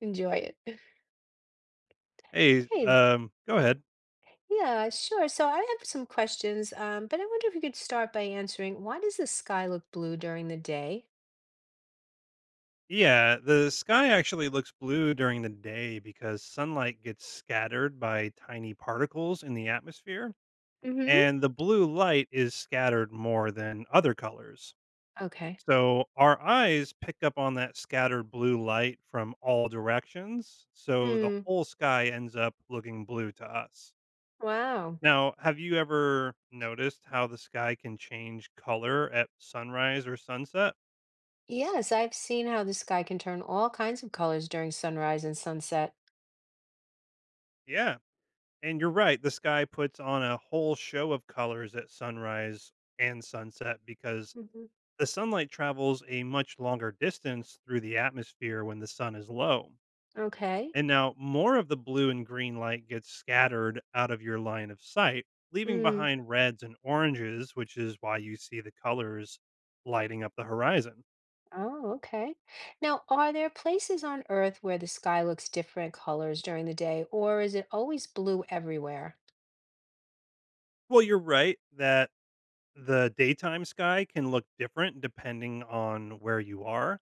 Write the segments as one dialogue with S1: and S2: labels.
S1: Enjoy it.
S2: Hey,
S1: Hey,
S2: go ahead.
S1: yeah, sure. So I have some questions, but I wonder if you could start by answering, why does the sky look blue during the day?
S2: Yeah, the sky actually looks blue during the day because sunlight gets scattered by tiny particles in the atmosphere,
S1: Mm-hmm.
S2: and the blue light is scattered more than other colors.
S1: Okay.
S2: So our eyes pick up on that scattered blue light from all directions, so the
S1: Hmm.
S2: whole sky ends up looking blue to us.
S1: Wow.
S2: Now, have you ever noticed how the sky can change color at sunrise or sunset?
S1: Yes, I've seen how the sky can turn all kinds of colors during sunrise and sunset.
S2: Yeah. And you're right, the sky puts on a whole show of colors at sunrise and sunset because
S1: Hmm.
S2: the sunlight travels a much longer distance through the atmosphere when the sun is low.
S1: Okay.
S2: And now more of the blue and green light gets scattered out of your line of sight, leaving
S1: Hmm.
S2: behind reds and oranges, which is why you see the colors lighting up the horizon.
S1: Oh, okay. Now, are there places on Earth where the sky looks different colors during the day, or is it always blue everywhere?
S2: Well, you're right that the daytime sky can look different depending on where you are.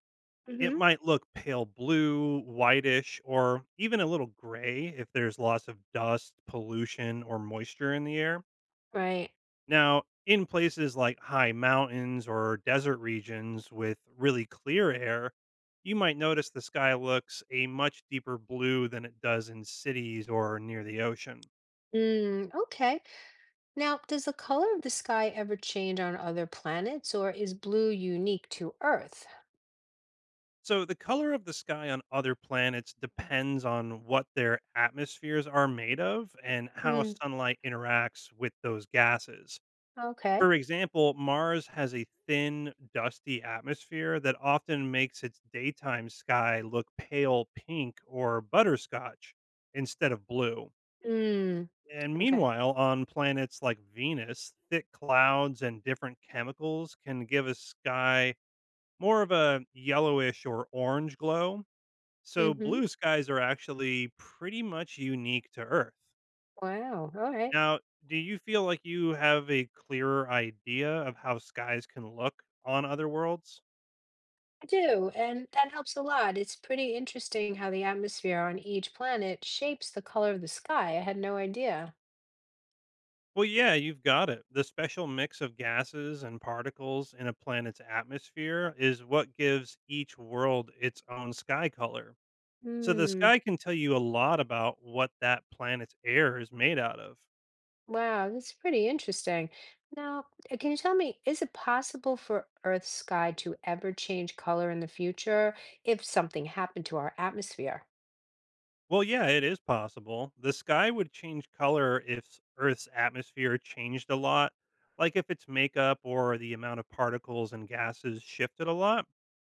S2: It
S1: Mm-hmm.
S2: might look pale blue, whitish, or even a little gray if there's lots of dust, pollution, or moisture in the air.
S1: Right.
S2: Now, in places like high mountains or desert regions with really clear air, you might notice the sky looks a much deeper blue than it does in cities or near the ocean.
S1: Mm, okay. Now, does the color of the sky ever change on other planets, or is blue unique to Earth?
S2: So, the color of the sky on other planets depends on what their atmospheres are made of and how
S1: Mm,
S2: sunlight interacts with those gases.
S1: okay.
S2: For example, Mars has a thin, dusty atmosphere that often makes its daytime sky look pale pink or butterscotch instead of blue.
S1: Mm,
S2: And
S1: okay.
S2: meanwhile, on planets like Venus, thick clouds and different chemicals can give a sky more of a yellowish or orange glow. So
S1: Mm-hmm.
S2: blue skies are actually pretty much unique to Earth.
S1: Wow. All right.
S2: Now, do you feel like you have a clearer idea of how skies can look on other worlds?
S1: I do, and that helps a lot. It's pretty interesting how the atmosphere on each planet shapes the color of the sky. I had no idea.
S2: Well, yeah, you've got it. The special mix of gases and particles in a planet's atmosphere is what gives each world its own sky color. So the
S1: Hmm.
S2: sky can tell you a lot about what that planet's air is made out of.
S1: Wow, that's pretty interesting. Now, can you tell me, is it possible for Earth's sky to ever change color in the future if something happened to our atmosphere?
S2: Well, yeah, it is possible. The sky would change color if Earth's atmosphere changed a lot, like if its makeup or the amount of particles and gases shifted a lot.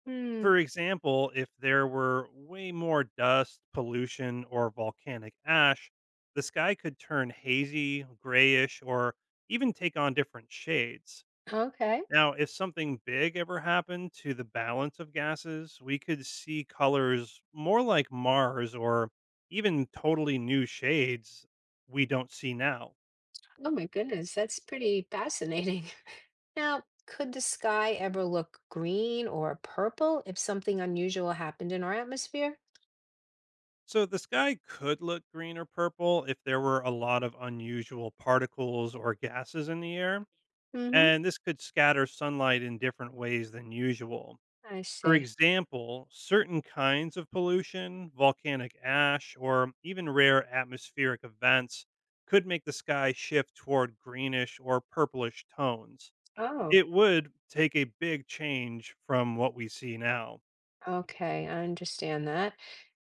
S1: Hmm.
S2: For example, if there were way more dust, pollution, or volcanic ash, the sky could turn hazy, grayish, or even take on different shades.
S1: Okay.
S2: Now, if something big ever happened to the balance of gases, we could see colors more like Mars or even totally new shades we don't see now.
S1: Oh my goodness, that's pretty fascinating. Now, could the sky ever look green or purple if something unusual happened in our atmosphere?
S2: So the sky could look green or purple if there were a lot of unusual particles or gases in the air,
S1: Mm-hmm.
S2: and this could scatter sunlight in different ways than usual.
S1: I
S2: For
S1: see.
S2: example, certain kinds of pollution, volcanic ash, or even rare atmospheric events could make the sky shift toward greenish or purplish tones.
S1: Oh,
S2: It would take a big change from what we see now.
S1: okay. I understand that.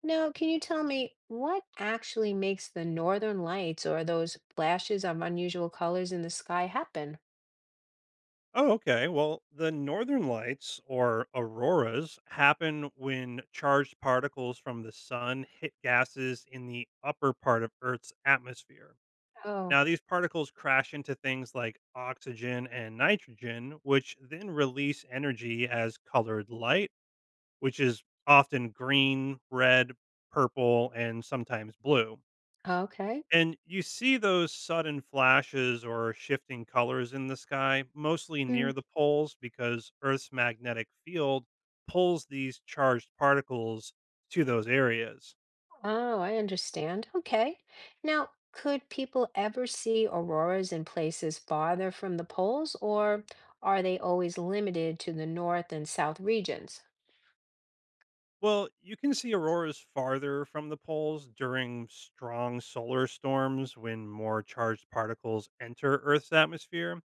S1: Now, can you tell me what actually makes the northern lights or those flashes of unusual colors in the sky happen?
S2: Oh, okay. Well, the northern lights or auroras happen when charged particles from the sun hit gases in the upper part of Earth's atmosphere.
S1: Oh,
S2: Now, these particles crash into things like oxygen and nitrogen, which then release energy as colored light, which is often green, red, purple, and sometimes blue.
S1: okay.
S2: And you see those sudden flashes or shifting colors in the sky, mostly near the poles, because Earth's magnetic field pulls these charged particles to those areas.
S1: Oh, I understand. Okay. Now, could people ever see auroras in places farther from the poles, or are they always limited to the north and south regions?
S2: Well, you can see auroras farther from the poles during strong solar storms when more charged particles enter Earth's atmosphere.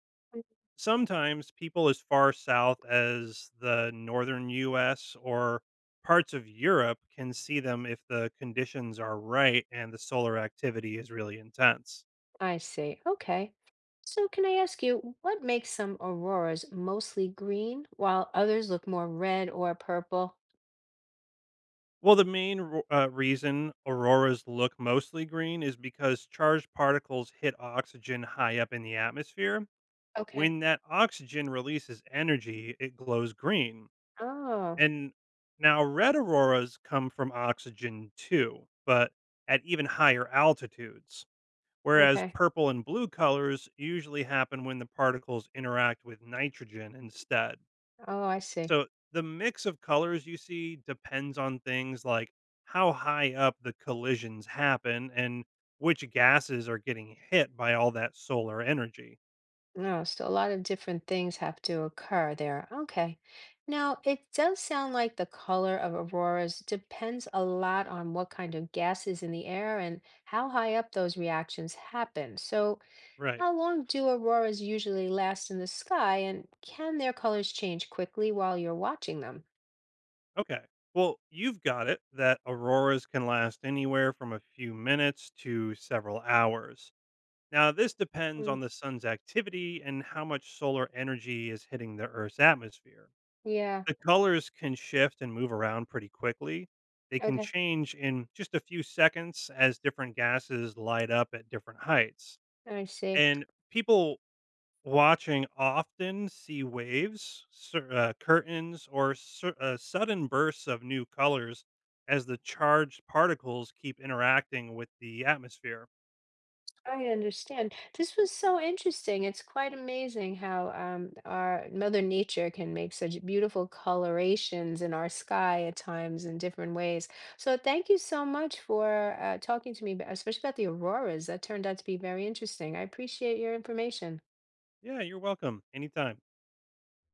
S2: Sometimes people as far south as the northern US or parts of Europe can see them if the conditions are right and the solar activity is really intense.
S1: I see. Okay. So, can I ask you, what makes some auroras mostly green while others look more red or purple?
S2: Well, the main reason auroras look mostly green is because charged particles hit oxygen high up in the atmosphere.
S1: Okay.
S2: When that oxygen releases energy, it glows green.
S1: Oh,
S2: And now red auroras come from oxygen too, but at even higher altitudes. Whereas
S1: okay.
S2: purple and blue colors usually happen when the particles interact with nitrogen instead.
S1: Oh, I see.
S2: So the mix of colors you see depends on things like how high up the collisions happen and which gases are getting hit by all that solar energy.
S1: No, so a lot of different things have to occur there. Okay. Now, it does sound like the color of auroras depends a lot on what kind of gas is in the air and how high up those reactions happen. So,
S2: Right.
S1: how long do auroras usually last in the sky, and can their colors change quickly while you're watching them?
S2: Okay. Well, you've got it that auroras can last anywhere from a few minutes to several hours. Now, this depends
S1: Mm,
S2: on the sun's activity and how much solar energy is hitting the Earth's atmosphere.
S1: yeah.
S2: The colors can shift and move around pretty quickly. They can
S1: Okay.
S2: change in just a few seconds as different gases light up at different heights.
S1: I see.
S2: And people watching often see waves, curtains, or sudden bursts of new colors as the charged particles keep interacting with the atmosphere.
S1: I understand. This was so interesting. It's quite amazing how our Mother Nature can make such beautiful colorations in our sky at times in different ways. So, thank you so much for talking to me, especially about the auroras. That turned out to be very interesting. I appreciate your information.
S2: Yeah, you're welcome. Anytime.